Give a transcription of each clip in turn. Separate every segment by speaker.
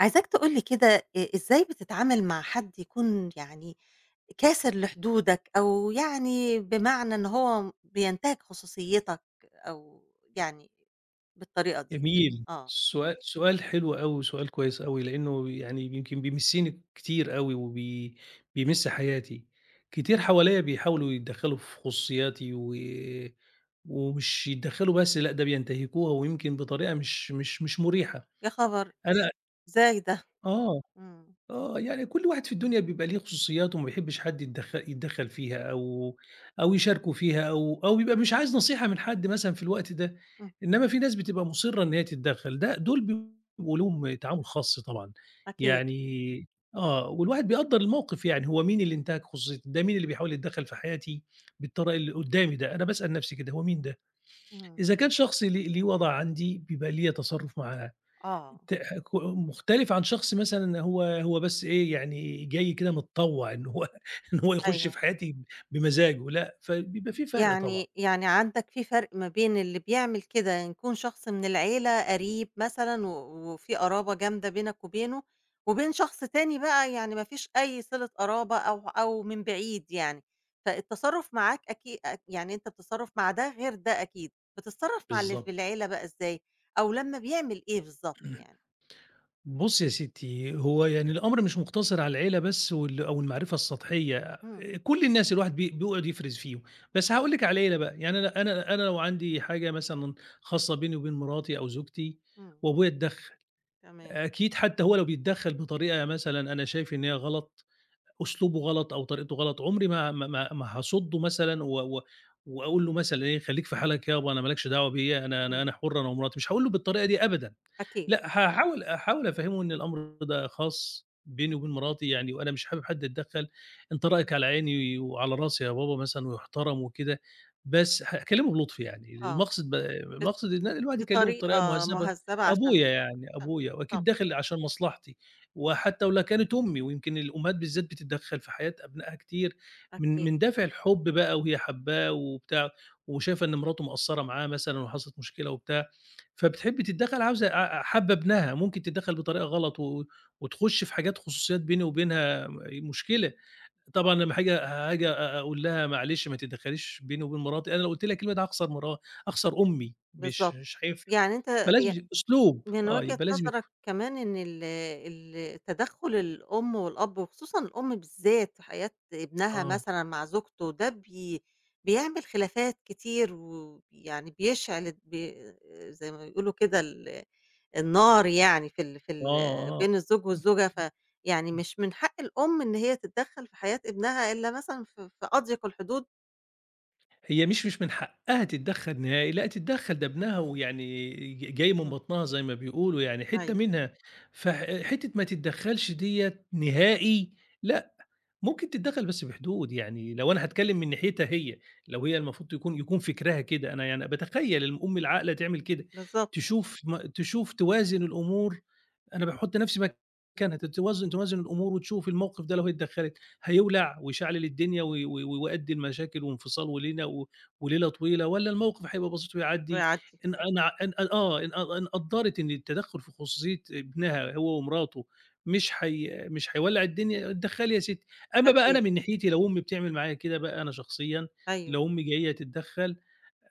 Speaker 1: عايزاك تقول لي كده. إزاي بتتعامل مع حد يكون، يعني، كاسر لحدودك، أو يعني بمعنى إن هو بينتهك خصوصيتك، أو يعني بالطريقة دي؟
Speaker 2: جميل.
Speaker 1: آه.
Speaker 2: سؤال حلو أوي، سؤال كويس أوي، لإنه يعني يمكن بيمسّني كتير أوي بيمِس حياتي. كتير حواليّا بيحاولوا يتدخّلوا في خصوصياتي و ومش يتدخّلوا بس لأ، ده بينتهكوها ويمكن بطريقة مش مُريحة.
Speaker 1: يا خبر!
Speaker 2: أنا
Speaker 1: إزاي ده؟
Speaker 2: آه.
Speaker 1: إمم.
Speaker 2: آه، يعني كل واحد في الدنيا بيبقى ليه خصوصياته وما بيحبّش حد يتدخّل فيها أو يشاركه فيها أو بيبقى مش عايز نصيحة من حد مثلًا في الوقت ده،
Speaker 1: إمم.
Speaker 2: إنّما في ناس بتبقى مُصِرّة إن هي تتدخّل، ده دول بيبقوا لهم تعامل خاص طبعًا،
Speaker 1: أكيد.
Speaker 2: يعني آه، والواحد بيقدّر الموقف يعني هو مين اللي انتهك خصوصيتي، ده مين اللي بيحاول يتدخّل في حياتي بالطريقة اللي قُدّامي ده، أنا باسأل نَفْسي كده هو مين ده؟
Speaker 1: إمم.
Speaker 2: إذا كان شخص ليه وضع عندي بيبقى ليّا تصرُّف معاه،
Speaker 1: آه.
Speaker 2: ت ك مختلف عن شخص مثلًا هو بس إيه، يعني جاي كده متطوّع إن هو إن هو يخُش
Speaker 1: أيوه.
Speaker 2: في حياتي بمزاجه لأ، فبيبقى في فرق طبعًا.
Speaker 1: يعني عندك في فرق ما بين اللي بيعمل كده يكون شخص من العيلة قريب مثلًا، و وفي قرابة جامدة بينك وبينه، وبين شخص تاني بقى يعني ما فيش أي صِلة قرابة أو من بعيد يعني. فالتصرُّف معاك، أكي أ يعني أنت بتتصرّف مع ده غير ده أكيد. بتتصرّف مع اللي في
Speaker 2: بالضبط.
Speaker 1: العيلة بقى إزاي؟ أو لمّا بيعمل إيه بالضبط يعني؟
Speaker 2: بُصّي يا ستّي،
Speaker 1: إمم.
Speaker 2: هو يعني الأمر مش مُقتصِر على العيلة بس أو المعرفة السطحية،
Speaker 1: إمم.
Speaker 2: كل الناس الواحد بيقعُد يفرِز فيهم، بس هاقول لِك على العيلة بقى، يعني أنا لو عندي حاجة مثلًا خاصة بيني وبين مراتي أو زوجتي
Speaker 1: إمم.
Speaker 2: وأبويا اتدخّل،
Speaker 1: تمام.
Speaker 2: أكيد حتّى هو لو بيتدخّل بطريقة مثلًا أنا شايف إن هي غلط أسلوبه غلط أو طريقته غلط، عمري ما هاصُدّه مثلًا و و وأقول له مثلًا إيه، خلّيك في حالك يابا أنا ما لكش دعوة بيّا، أنا أنا
Speaker 1: إمم.
Speaker 2: أنا حُر أنا ومراتي، مش هاقول له بالطريقة دي أبدًا،
Speaker 1: أكيد.
Speaker 2: لأ هاحاول أفهّمه إن الأمر ده خاص بيني وبين مراتي يعني وأنا مش حابب حد يتدخّل، أنت رأيك على عيني وعلى راسي يا بابا مثلًا ويُحترم وكده، بس هاكلّمه بلُطف يعني،
Speaker 1: آه. بط
Speaker 2: المقصد إن الواحد يكلّمه بطريقة
Speaker 1: بطريقة
Speaker 2: مهذّبة،
Speaker 1: مهذبة عشان،
Speaker 2: أبويا يعني،
Speaker 1: عشان
Speaker 2: أبويا
Speaker 1: طبعًا.
Speaker 2: وأكيد داخل عشان مصلحتي. وحتى ولو كانت أمي، ويمكن الأمهات بالذات بتتدخّل في حياة أبنائها كتير من
Speaker 1: أكيد.
Speaker 2: من دافع الحُب بقى وهي حاباه وبتاع، وشايفة إن مراته مقصّرة معاه مثلًا وحصلت مشكلة وبتاع، فبتحب تتدخّل عاوزة ع حابة ابنها، ممكن تتدخّل بطريقة غلط و وتخُش في حاجات خصوصيات بيني وبينها مشكلة.
Speaker 1: آه.
Speaker 2: طبعًا لمّا هاجي هاجي أ أقول لها معلش ما تتدخّليش بيني وبين مراتي، أنا لو قُلت لها الكلمة دي هاخسر هاخسر أمي، مش
Speaker 1: بالضبط.
Speaker 2: مش هينفع.
Speaker 1: يعني أنت، ي
Speaker 2: فلازم أسلوب،
Speaker 1: من
Speaker 2: آه،
Speaker 1: وجهة
Speaker 2: يبقى لازم
Speaker 1: نظرك
Speaker 2: يكون
Speaker 1: كمان، إن ال تدخُّل الأم والأب وخصوصًا الأم بالذات في حياة ابنها
Speaker 2: آه،
Speaker 1: مثلًا مع زوجته ده بيعمل خلافات كتير ويعني بيشعل، زي ما بيقولوا كده، النار يعني في، ال في ال
Speaker 2: آه، آه.
Speaker 1: بين الزوج والزوجة. فيعني مش من حق الأم إن هي تتدخّل في حياة ابنها إلا مثلًا في أضيق الحدود.
Speaker 2: هي مش من حقها تتدخّل نهائي، لأ تتدخّل ده ابنها ويعني جاي من
Speaker 1: إمم.
Speaker 2: بطنها زي ما بيقولوا يعني حتّة
Speaker 1: أيوه.
Speaker 2: منها، حتّة ما تتدخّلش ديّة نهائي لأ، ممكن تتدخل بس بحدود، يعني لو أنا هاتكلم من ناحيتها هي، لو هي المفروض يكون فكرها كده، أنا يعني باتخيل الأم العاقلة تعمل كده،
Speaker 1: بالضبط
Speaker 2: تشوف توازن الأمور، أنا باحط نفسي مكانها، ت توازن توازن الأمور وتشوف الموقف ده لو هي اتدخلت هيولع ويشعلل الدنيا و و ويؤدي لمشاكل وانفصال وليلة طويلة، والّا الموقف هيبقى بسيط ويعدي؟
Speaker 1: ويعدّي.
Speaker 2: إن
Speaker 1: إمم.
Speaker 2: أنا إن آه، إن إن قدّرت إن التدخل في خصوصية ابنها هو ومراته مش هيولع الدنيا، اتدخلي يا ستّي. أمّا بقى
Speaker 1: أكيد.
Speaker 2: أنا من ناحيتي لو أمي بتعمل معايا كده بقى أنا شخصيًا،
Speaker 1: أيوه.
Speaker 2: لو أمي جاية تتدخّل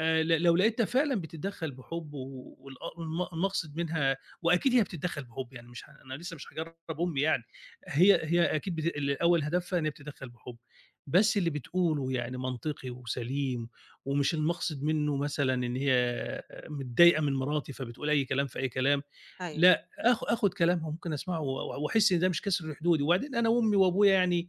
Speaker 2: ل لو لقيتها فعلًا بتتدخّل بحُب و والأ والم المقصد منها وأكيد هي بتتدخّل بحُب، يعني مش ه أنا لسه مش هاجرّب أمي يعني، هي أكيد بت ال أول هدفها إن هي بتتدخّل بحُب، بس اللي بتقوله يعني منطقي وسليم ومش المقصد منّه مثلًا إن هي متضايقة من مراتي فبتقول أي كلام في أي كلام،
Speaker 1: أيوه.
Speaker 2: لأ آخُد كلامها ممكن أسمعه و وأحس إن ده مش كسر لحدودي، وبعدين أنا وأمي وأبويا يعني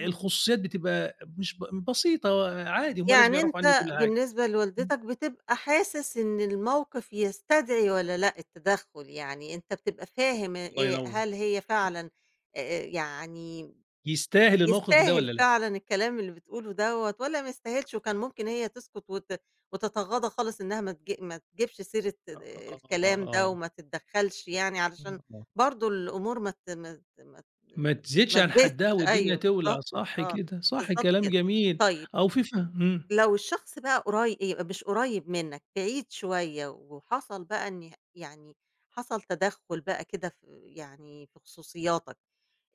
Speaker 1: إمم.
Speaker 2: الخصوصيات بتبقى مش ب بسيطة عادي، هم لازم
Speaker 1: يعني
Speaker 2: يعرفوا عنّي
Speaker 1: أنت
Speaker 2: كل حاجة.
Speaker 1: بالنسبة
Speaker 2: إمم.
Speaker 1: لوالدتك بتبقى حاسس إن الموقف يستدعي والّا لأ التدخُّل. يعني أنت بتبقى فاهم
Speaker 2: الله
Speaker 1: إيه،
Speaker 2: ينور.
Speaker 1: هل هي فعلًا، يعني
Speaker 2: يستاهل الموقف ده
Speaker 1: يستاهل
Speaker 2: والّا لأ؟
Speaker 1: فعلًا الكلام اللي بتقوله دوّة والّا ما يستاهلش، وكان ممكن هي تسكت وتتغاضى خالص، إنها ما تجيبش سيرة
Speaker 2: آه، آه،
Speaker 1: الكلام ده
Speaker 2: آه.
Speaker 1: وما تتدخّلش، يعني علشان برضه الأمور
Speaker 2: ما تزيدش
Speaker 1: ما
Speaker 2: عن
Speaker 1: تزيدش.
Speaker 2: حدّها والدنيا
Speaker 1: أيوه،
Speaker 2: تولع،
Speaker 1: بالضبط.
Speaker 2: صح
Speaker 1: آه.
Speaker 2: كده، صح
Speaker 1: بالضبط
Speaker 2: كلام
Speaker 1: كده.
Speaker 2: جميل.
Speaker 1: طيب،
Speaker 2: أو في ف إمم،
Speaker 1: لو الشخص بقى، قري مش قريب منّك، بعيد شوية، وحصل بقى إن، يعني حصل تدخُّل بقى كده في، يعني في خصوصياتك،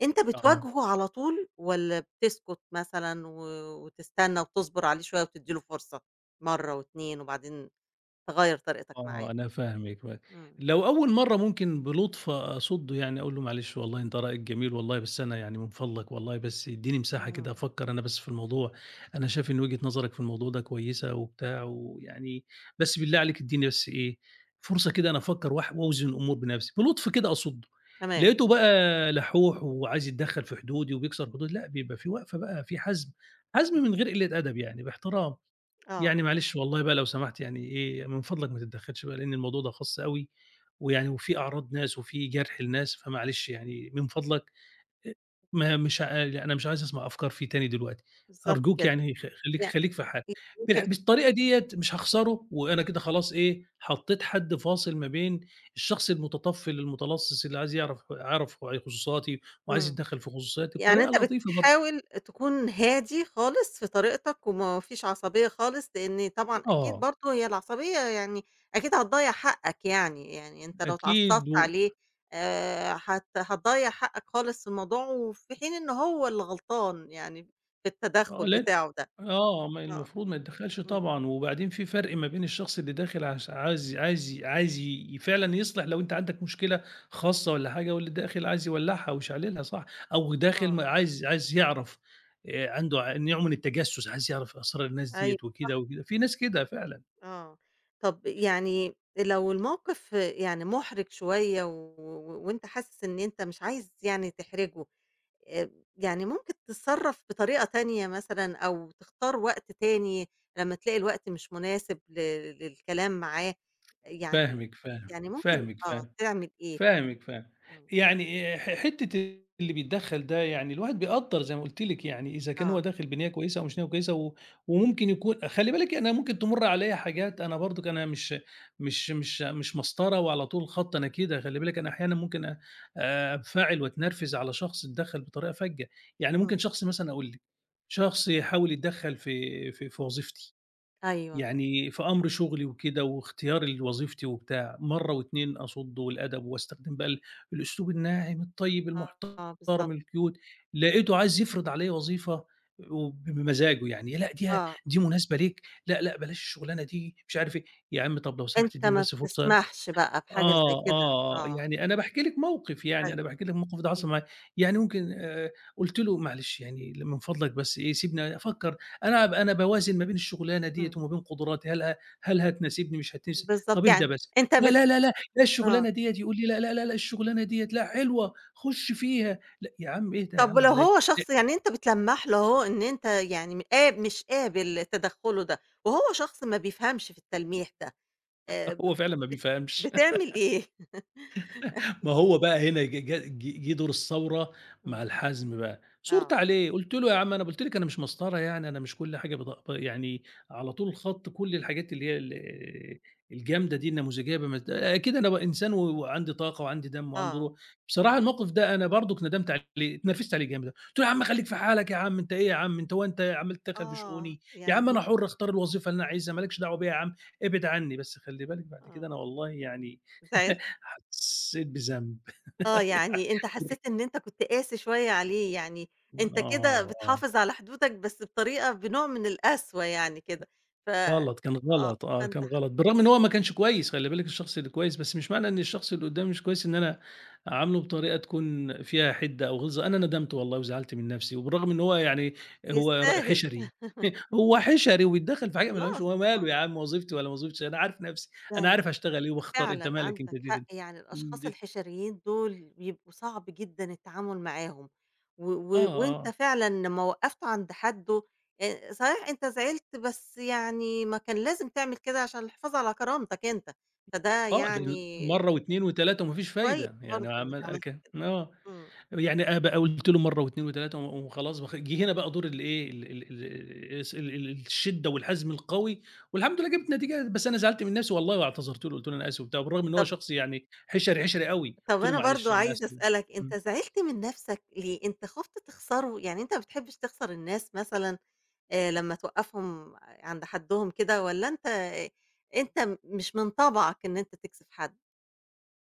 Speaker 1: أنت
Speaker 2: آه.
Speaker 1: بتواجهه على طول، والّا بتسكت مثلًا و وتستنى وتصبر عليه شوية وتدّي له فرصة مرّة و2 وبعدين تغيّر طريقتك معاه؟
Speaker 2: آه، أنا فاهمِك.
Speaker 1: إمم.
Speaker 2: لو أول مرّة ممكن بلطف أصُدّه يعني أقول له: "معلش والله أنت رأيك جميل والله، بس أنا يعني من فضلك والله بس ادّيني مساحة كده
Speaker 1: إمم.
Speaker 2: أفكّر أنا بس في الموضوع، أنا شايف إن وجهة نظرك في الموضوع ده كويسة وبتاع ويعني بس بالله عليك ادّيني بس إيه، فرصة كده أنا أفكّر واح وأوزن الأمور بنَفْسي." بلطف كده أصُدّه،
Speaker 1: تمام.
Speaker 2: لقيته بقى لحّوح وعايز يتدخّل في حدودي وبيكسر حدودي، لأ بيبقى في وقفة بقى، في حزم، حزم من غير قِلّة أدب يعني باحترام.
Speaker 1: آه.
Speaker 2: يعني معلش والله بقى لو سمحت يعني إيه، من فضلك ما تتدخّلش بقى لإن الموضوع ده خاص أوي، ويعني وفي أعراض ناس وفي جرح لناس، فمعلش يعني من فضلك أ ما مش ع يعني أنا مش عايز أسمع أفكار فيه تاني دلوقتي،
Speaker 1: بالضبط
Speaker 2: أرجوك
Speaker 1: كده.
Speaker 2: يعني خ خلّيك
Speaker 1: يع
Speaker 2: خلّيك في حالك.
Speaker 1: أنت بت
Speaker 2: بالطريقة ديّة مش هاخسره وأنا كده خلاص إيه، حطّيت حد فاصل ما بين الشخص المتطفّل المتلصّص اللي عايز يعرف خصوصياتي وعايز
Speaker 1: إمم.
Speaker 2: يتدخّل في خصوصياتي
Speaker 1: يعني
Speaker 2: بطريقة
Speaker 1: أنت
Speaker 2: لطيفة برضه.
Speaker 1: بتحاول تكون هادي خالص في طريقتك، وما فيش عصبية خالص، لإن طبعًا أكيد
Speaker 2: آه،
Speaker 1: برضه هي العصبية، يعني أكيد هتضيّع حقك، يعني يعني أنت لو اتعصبت
Speaker 2: أكيد و
Speaker 1: عليه، هت هتضيّع حقك خالص في الموضوع، وفي حين إن هو اللي غلطان يعني في
Speaker 2: آه،
Speaker 1: التدخُّل
Speaker 2: لأن
Speaker 1: بتاعه ده.
Speaker 2: آه، ما
Speaker 1: آه.
Speaker 2: المفروض ما يتدخّلش
Speaker 1: إمم.
Speaker 2: طبعًا، وبعدين في فرق ما بين الشخص اللي داخل عش عايز عايز عايز ي فعلًا يصلح لو أنت عندك مشكلة خاصة والّا حاجة، واللي داخل عايز يولّعها ويشعللها صح، أو داخل
Speaker 1: آه.
Speaker 2: ما عايز يعرف عنده نوع من التجسُّس، عايز يعرف أسرار الناس
Speaker 1: أيوه
Speaker 2: ديّة وكده،
Speaker 1: صح.
Speaker 2: وكده، في ناس كده فعلًا،
Speaker 1: آه. طب يعني لو الموقف يعني مُحرِج شوية، وأنت حاسس إن أنت مش عايز يعني تحرجه، آآ يعني ممكن تتصرّف بطريقة تانية مثلًا، أو تختار وقت تاني لمّا تلاقي الوقت مش مناسب للكلام معاه، يعني،
Speaker 2: فاهمِك، فاهم
Speaker 1: ممكن،
Speaker 2: فاهمِك،
Speaker 1: آه،
Speaker 2: فاهم.
Speaker 1: تعمل إيه في؟
Speaker 2: فاهمِك.
Speaker 1: إمم.
Speaker 2: يعني ح حتّة اللي بيتدخّل ده يعني الواحد بيقدّر زي ما قُلتِ لِك يعني إذا كان هو
Speaker 1: آه.
Speaker 2: داخل بنيّة كويسة أو مش نيّة كويسة و وممكن يكون خلّي بالِك أنا ممكن تمُر عليّا حاجات أنا برضُك أنا مش مسطرة وعلى طول خَط نكِيدة، خلّي بالِك أنا أحيانًا ممكن أ أنفعل وأتنرفز على شخص اتدخّل بطريقة فَجّة. يعني
Speaker 1: إمم.
Speaker 2: ممكن شخص مثلًا أقول لِك، شخص يحاول يتدخّل في وظيفتي.
Speaker 1: أيوه.
Speaker 2: يعني في أمر شغلي وكده واختياري لوظيفتي وبتاع، مرّة واتنين أصُد والأدب واستخدم بقى الأسلوب الناعم الطيب
Speaker 1: آه
Speaker 2: المحترم
Speaker 1: بالضبط.
Speaker 2: الكيوت، لقيته عايز يفرض عليّا وظيفة بمزاجه يعني، لأ دي
Speaker 1: آه.
Speaker 2: مناسبة ليك، لأ، لأ بلاش الشغلانة دي مش عارف إيه، يا عم طَب لو سمحت
Speaker 1: أنت
Speaker 2: ادّيني
Speaker 1: ما
Speaker 2: بس فرصة
Speaker 1: بتسمحش بقى بحاجة زي
Speaker 2: آه،
Speaker 1: كده.
Speaker 2: آه، آه،
Speaker 1: آه.
Speaker 2: يعني أنا باحكي لِك موقف، يعني أنا
Speaker 1: أيوه.
Speaker 2: باحكي لِك موقف ده حصل
Speaker 1: إمم.
Speaker 2: معايا، يعني ممكن قُلت له: "معلش يعني من فضلك بس إيه سيبني أفكّر، أنا باوازن ما بين الشغلانة ديّة
Speaker 1: إمم.
Speaker 2: وما بين قدراتي، هل هتناسبني مش هتناسب طَب
Speaker 1: بالضبط.
Speaker 2: اهدى
Speaker 1: يعني
Speaker 2: بس."
Speaker 1: أنت
Speaker 2: "لا،
Speaker 1: بت
Speaker 2: لا، لا، لا، لا
Speaker 1: آه.
Speaker 2: الشغلانة ديّة." يقول لي: "لا، لا، لا، لا الشغلانة ديّة لأ حلوة، خُش فيها." لأ، يا عم اهدى يا
Speaker 1: طب
Speaker 2: عم
Speaker 1: ولو
Speaker 2: عليّا،
Speaker 1: هو
Speaker 2: لأ
Speaker 1: شخص، يعني أنت بتلمّح له أهو إن أنت، يعني م قاب مش قابل تدخُّله ده، وهو شخص ما بيفهمش في التلميح ده،
Speaker 2: هو
Speaker 1: ب
Speaker 2: فعلًا ما بيفهمش،
Speaker 1: بتعمل إيه؟
Speaker 2: ما هو بقى هنا ج ج ج جه دور الثورة مع
Speaker 1: إمم.
Speaker 2: الحزم بقى، ثُرت
Speaker 1: آه.
Speaker 2: عليه قُلت له: "يا عم أنا قُلت لِك أنا مش مسطرة يعني، أنا مش كل حاجة بط ب يعني على طول الخط كل الحاجات اللي هي الجامدة دي النموذجية بمت أكيد أنا إنسان و وعندي طاقة وعندي دم وعندي
Speaker 1: آه.
Speaker 2: روح." بصراحة الموقف ده أنا برضُك ندمت عليه، اتنرفزت عليه جامد أوي، قُلت له: "يا عم خلّيك في حالك يا عم، أنت إيه يا عم، أنت هو أنت عمّال تدخّل في
Speaker 1: آه.
Speaker 2: شؤوني؟ يا عم
Speaker 1: يعني
Speaker 2: أنا حُر أختار الوظيفة اللي أنا عايزها، ما لكش دعوة بيّا يا عم، ابعد عني." بس خلّي بالك بعد كده
Speaker 1: آه،
Speaker 2: أنا والله يعني
Speaker 1: زعلت؟
Speaker 2: حسّيت بذنب.
Speaker 1: آه،
Speaker 2: يعني
Speaker 1: يعني أنت حسّيت إن أنت كنت قاسي شوية عليه، يعني أنت كده
Speaker 2: آه، آه،
Speaker 1: بتحافظ على حدودك بس بطريقة بنوع من القسوة يعني كده. ف
Speaker 2: غلط، كان
Speaker 1: آه،
Speaker 2: غلط آه،
Speaker 1: فأنت
Speaker 2: كان
Speaker 1: ح
Speaker 2: غلط، بالرغم إن هو ما كانش كويس خلّي بالِك الشخص اللي كويس، بس مش معنى إن الشخص اللي قدّامي مش كويس إن أنا أعامله بطريقة تكون فيها حِدة أو غِلظة، أنا ندمت والله وزعلت من نَفْسي، وبالرغم إن هو يعني هو
Speaker 1: يستاهل.
Speaker 2: حِشَري هو حِشَري وبيتدخّل في حاجة ما لهوش
Speaker 1: خلاص،
Speaker 2: هو
Speaker 1: ما
Speaker 2: ماله يا
Speaker 1: هو
Speaker 2: عم وظيفتي والّا ما وظيفتش أنا عارف نَفْسي، أنا
Speaker 1: يعني
Speaker 2: عارف هاشتغل إيه وباختار أنت
Speaker 1: فعلًا
Speaker 2: مالك أنت
Speaker 1: عندك
Speaker 2: دي دي
Speaker 1: حق. يعني الأشخاص
Speaker 2: دي
Speaker 1: الحشريين دول بيبقوا صعب جدًا التعامل معاهم. و
Speaker 2: آه،
Speaker 1: و وأنت
Speaker 2: آه،
Speaker 1: فعلًا لمّا وقّفته عند حدُّه، صحيح أنت زعلت، بس يعني ما كان لازم تعمل كده عشان الحفاظ على كرامتك أنت. فده
Speaker 2: آه، لإن
Speaker 1: يعني
Speaker 2: مرّة واتنين وتلاتة وما فيش
Speaker 1: كويس
Speaker 2: فايدة، يعني
Speaker 1: برضه إنك
Speaker 2: عمّال
Speaker 1: عملت.
Speaker 2: أك آه.
Speaker 1: إمم.
Speaker 2: يعني أنا بقى قُلت له مرّة واتنين وتلاتة وخلاص جه هنا بقى دور الإيه، ال ال ال الس ال ال الشِدّة والحزم القوي والحمد لله جِبت نتيجة، بس أنا زعلت من نَفْسي والله واعتذرت له، قُلت له: "أنا آسف." وبتاع، بالرغم إن هو
Speaker 1: طَب
Speaker 2: شخص يعني حِشَري، حِشَري أوي،
Speaker 1: طَب
Speaker 2: قُلت له:
Speaker 1: أنا
Speaker 2: "معلش
Speaker 1: برضه
Speaker 2: أنا
Speaker 1: عايزة
Speaker 2: آسف."
Speaker 1: أسألك، أنت
Speaker 2: إمم.
Speaker 1: زعلت من نَفْسك ليه؟ أنت خُفت تخسره؟ يعني أنت ما بتحبش تخسر الناس مثلًا؟ لمّا توقّفهم عند حدّهم كده، والّا أنت، أنت مش من طبعك إن أنت تكسف حد؟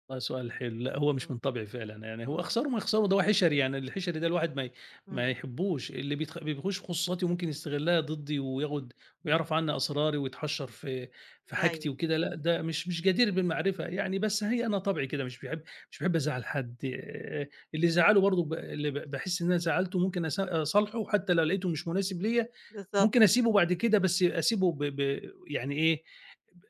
Speaker 2: والله سؤال حلو، لأ هو مش
Speaker 1: إمم.
Speaker 2: من طبعي فعلًا، يعني هو
Speaker 1: إمم.
Speaker 2: أخسره ما أخسره ده هو حِشَري، يعني الحِشَري ده الواحد ما
Speaker 1: إمم.
Speaker 2: يحبّوش، اللي بيخش في خصوصاتي وممكن يستغلها ضدّي وياخد ويعرف عنّي أسراري ويتحشّر في في حاجتي
Speaker 1: أيوه
Speaker 2: وكده، لأ ده مش جدير بالمعرفة يعني، بس هي أنا طبعي كده مش باحب أزعّل حد، اللي يزعّله برضه ب اللي ب باحس إن أنا زعّلته ممكن أصالحه حتى لو لقيته مش مناسب ليّا،
Speaker 1: بالضبط.
Speaker 2: ممكن أسيبه بعد كده بس أسيبه ب ب يعني إيه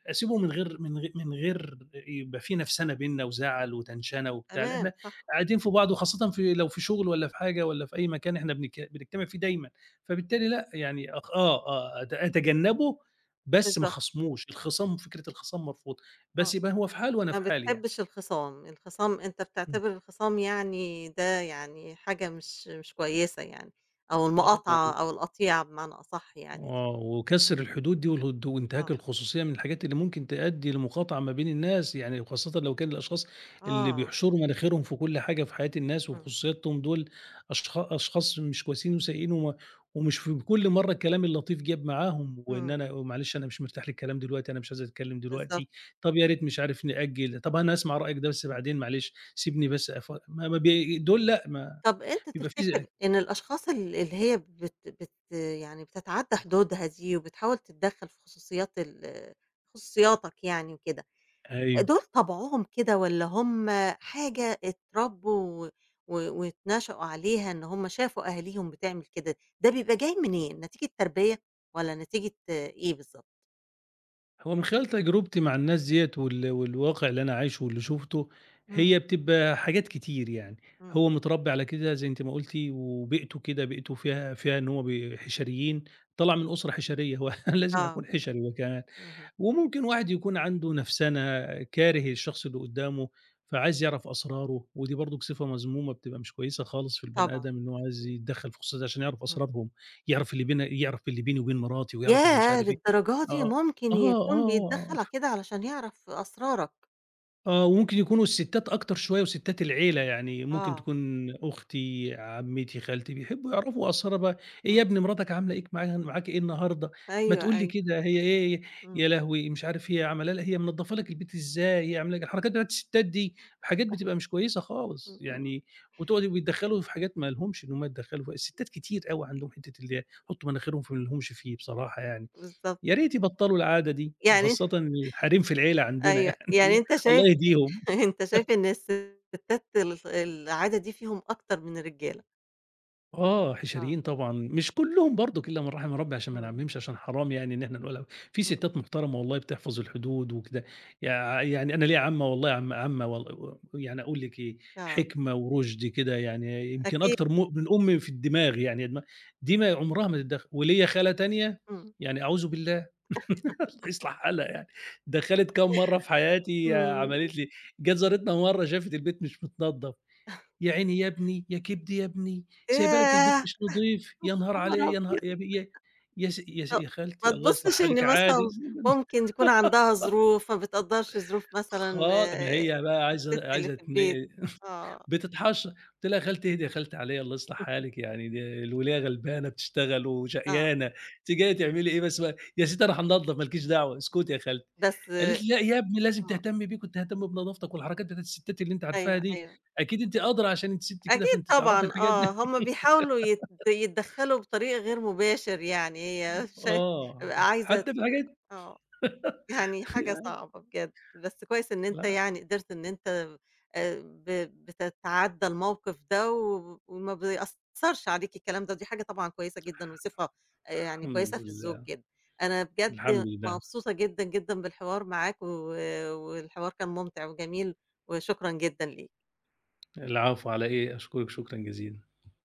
Speaker 2: أسيبه من غير من غير يبقى في نفسَنة بيننا وزَعَل وتنشنة وبتاع،
Speaker 1: تمام
Speaker 2: لإحنا
Speaker 1: صح.
Speaker 2: قاعدين في بعض وخاصةً في لو في شغل والّا في حاجة والّا في أي مكان إحنا بنجتمع فيه دايمًا، فبالتالي لأ، يعني أخ آه، آه أت أتجنّبه بس ما
Speaker 1: بالضبط.
Speaker 2: اخاصموش، الخِصام فكرة الخِصام مرفوضة،
Speaker 1: آه.
Speaker 2: بس يبقى هو في حاله وأنا
Speaker 1: ما
Speaker 2: في حالي يعني.
Speaker 1: بتحبّش الخِصام. الخِصام، أنت
Speaker 2: إمم.
Speaker 1: بتعتبر الخِصام يعني ده يعني حاجة مش كويسة يعني، أو
Speaker 2: آه.
Speaker 1: المقاطعة أو القطيعة بمعنى أصح يعني
Speaker 2: آه،
Speaker 1: دي.
Speaker 2: وكسر الحدود دي وانتهاك
Speaker 1: آه.
Speaker 2: الخصوصية من الحاجات اللي ممكن تؤدي لمقاطعة ما بين الناس، يعني وخاصةً لو كان الأشخاص اللي
Speaker 1: آه.
Speaker 2: بيحشروا مناخيرهم في كل حاجة في حياة الناس وفي
Speaker 1: إمم.
Speaker 2: خصوصياتهم دول أشخاص مش كويسين وسيئين ومش في كل مرة الكلام اللطيف جاب معاهم، وإن
Speaker 1: إمم.
Speaker 2: أنا معلش أنا مش مرتاح للكلام دلوقتي، أنا مش عايز أتكلم
Speaker 1: بالضبط.
Speaker 2: دلوقتي، طب يا ريت مش عارف نأجل، طب أنا هاسمع رأيك ده بس بعدين معلش سيبني بس أف ما ما بي دول لأ، ما
Speaker 1: طب أنت
Speaker 2: بيبقى في
Speaker 1: تفتكر إن الأشخاص، اللي هي بت يعني بتتعدّى حدودها دي وبتحاول تتدخّل في خصوصيات، خصوصياتك يعني وكده،
Speaker 2: أيوه.
Speaker 1: دول طبعهم كده، والّا هُم حاجة اتربّوا و واتنشأوا عليها، إن هُم شافوا أهاليهم بتعمل كده؟ ده بيبقى جاي منين؟ نتيجة تربية والّا نتيجة إيه بالضبط؟
Speaker 2: هو من خلال تجربتي مع الناس ديّة والواقع اللي أنا عايشه واللي شُفته،
Speaker 1: إمم.
Speaker 2: هي بتبقى حاجات كتير يعني،
Speaker 1: إمم.
Speaker 2: هو متربّي على كده زي أنتِ ما قُلتِ وبيئته كده بيئته فيها إن هو حِشريين، طلع من أسرة حِشرية هو لازم
Speaker 1: آه.
Speaker 2: هيكون حِشري هو كمان.
Speaker 1: اهم.
Speaker 2: وممكن واحد يكون عنده نَفسَنة، كاره الشخص اللي قدّامه، فعايز يعرف أسراره، ودي برضُك صفة مذمومة بتبقى مش كويسة خالص في البني
Speaker 1: طبعًا.
Speaker 2: آدم إن هو عايز
Speaker 1: أكيد.
Speaker 2: يتدخّل في خصوصيات عشان يعرف
Speaker 1: إمم.
Speaker 2: أسرارهم، يعرف اللي بيني وبين مراتي ويعرف اللي مش
Speaker 1: ياه!
Speaker 2: عارف إيه.
Speaker 1: للدرجة دي!
Speaker 2: آه،
Speaker 1: ممكن
Speaker 2: آه، آه،
Speaker 1: يكون
Speaker 2: آه،
Speaker 1: بيتدخّل
Speaker 2: آه.
Speaker 1: ع كده علشان يعرف أسرارك.
Speaker 2: آه، وممكن يكونوا الستّات أكتر شوية وستّات العيلة، يعني ممكن
Speaker 1: آه.
Speaker 2: تكون أختي، عمّتي، خالتي، بيحبّوا يعرفوا أسرارها بقى، إيه
Speaker 1: إمم.
Speaker 2: يا ابني مراتك عاملة إيك معاها معاك إيه النهارده، ما
Speaker 1: أيوه.
Speaker 2: تقول لي
Speaker 1: أيوه.
Speaker 2: كده هي إيه، إيه؟
Speaker 1: إمم.
Speaker 2: يا لهوي مش عارف هي عاملة لك هي منضّفة لك البيت إزاي، هي عاملة لك الحركات بتاعة الستّات دي، حاجات بتبقى مش كويسة
Speaker 1: إمم.
Speaker 2: خالص
Speaker 1: إمم.
Speaker 2: يعني، وتقعد وبيتدخّلوا في حاجات ما لهمش إن هم يتدخّلوا فيها، الستّات كتير أوي
Speaker 1: إمم.
Speaker 2: عندهم حتّة اللي هي يحطّوا مناخيرهم في ما لهمش فيه بصراحة يعني.
Speaker 1: بالضبط.
Speaker 2: يا ريت يبطّلوا العادة دي،
Speaker 1: يعني أنت
Speaker 2: وخاصةً الحريم في العيلة عندنا
Speaker 1: أيوه.
Speaker 2: يعني
Speaker 1: يعني
Speaker 2: الله
Speaker 1: أنت شايف،
Speaker 2: الله يهديهم.
Speaker 1: أنت شايف إن الستات العادة دي فيهم أكتر من الرجالة.
Speaker 2: آه،
Speaker 1: آه.
Speaker 2: حشريين طبعًا، مش كلّهم برضُك إلا من رحم ربي عشان ما
Speaker 1: إمم.
Speaker 2: نعمّمش عشان حرام يعني إن إحنا نقولها، في
Speaker 1: إمم.
Speaker 2: ستات محترمة والله بتحفظ الحدود وكده، يعني أنا ليّا عمّة والله عمّة يعني أقول لِك إيه،
Speaker 1: آه.
Speaker 2: حكمة ورُشد كده يعني يمكن
Speaker 1: أكيد.
Speaker 2: أكتر من أمي في الدماغ يعني دي ما عمرها ما تتدخّل، وليّا خالة تانية
Speaker 1: إمم.
Speaker 2: يعني أعوذ بالله. الله يصلح حالها يعني، دخلِت كام مرّة في حياتي
Speaker 1: إمم.
Speaker 2: عملت لي جات جارتنا مرّة شافت البيت مش متنضّف، "يا عيني يا ابني، يا كبدي يا ابني، سايبة لك البيت
Speaker 1: ياه!
Speaker 2: مش نضيف، يا نهار
Speaker 1: خبر
Speaker 2: عليها، يا نها يا
Speaker 1: أبيض!
Speaker 2: ب يا يا س يا س
Speaker 1: طَب
Speaker 2: يا
Speaker 1: ما
Speaker 2: خالتي الله يصلح
Speaker 1: تبُصّش
Speaker 2: حالِك
Speaker 1: إن
Speaker 2: عادي."
Speaker 1: مثلًا ممكن يكون عندها ظروف، ما بتقدّرش ظروف مثلًا
Speaker 2: ما هي بقى
Speaker 1: الست
Speaker 2: عايزة
Speaker 1: اللي
Speaker 2: عايزة
Speaker 1: في
Speaker 2: تن
Speaker 1: البيت. آه.
Speaker 2: بتتحشر، قُلت لها: "يا خالتي اهدي يا خالتي عليَّ الله يصلح حالِك يعني دي الولاية غلبانة بتشتغل
Speaker 1: آه.
Speaker 2: وشقيانة، أنتِ جاية تعملي إيه بس بقى؟" "يا ستي أنا هانضّف ما لكيش دعوة، اسكتي يا خالتي."
Speaker 1: بس.
Speaker 2: قالت لي: "لأ يا ابني لازم
Speaker 1: آه.
Speaker 2: تهتمي بيك وتهتمي بنضافتك والحركات بتاعة الستات اللي أنتِ عارفاها
Speaker 1: أيوه.
Speaker 2: دي،
Speaker 1: أيوه.
Speaker 2: أكيد أنتِ أدرى عشان أنتِ سِت كده
Speaker 1: أكيد
Speaker 2: فأنتِ تعرفي
Speaker 1: طبعًا.
Speaker 2: الحاجات
Speaker 1: آه.
Speaker 2: دي."
Speaker 1: هُم بيحاولوا يتدخّلوا بطريق غير مباشر، يعني هي
Speaker 2: آه،
Speaker 1: عايزة.
Speaker 2: حتى في الحاجات
Speaker 1: آه. يعني حاجة
Speaker 2: يعني
Speaker 1: صعبة بجد، بس كويس إن أنت
Speaker 2: لأ
Speaker 1: يعني قدرت إن أنت، ب بتتعدّى الموقف ده و وما بيأثّرش عليك الكلام ده، ودي حاجة طبعًا كويسة جدًا، وصفة يعني كويسة
Speaker 2: الحمد
Speaker 1: في الزوج
Speaker 2: لله،
Speaker 1: جدًا. أنا
Speaker 2: الحمد
Speaker 1: بجد
Speaker 2: لله،
Speaker 1: مبسوطة جدًا، جدًا بالحوار معاك، و والحوار كان ممتع وجميل، وشكرًا جدًا ليك.
Speaker 2: العفو على إيه، أشكرِك شكرًا جزيلًا.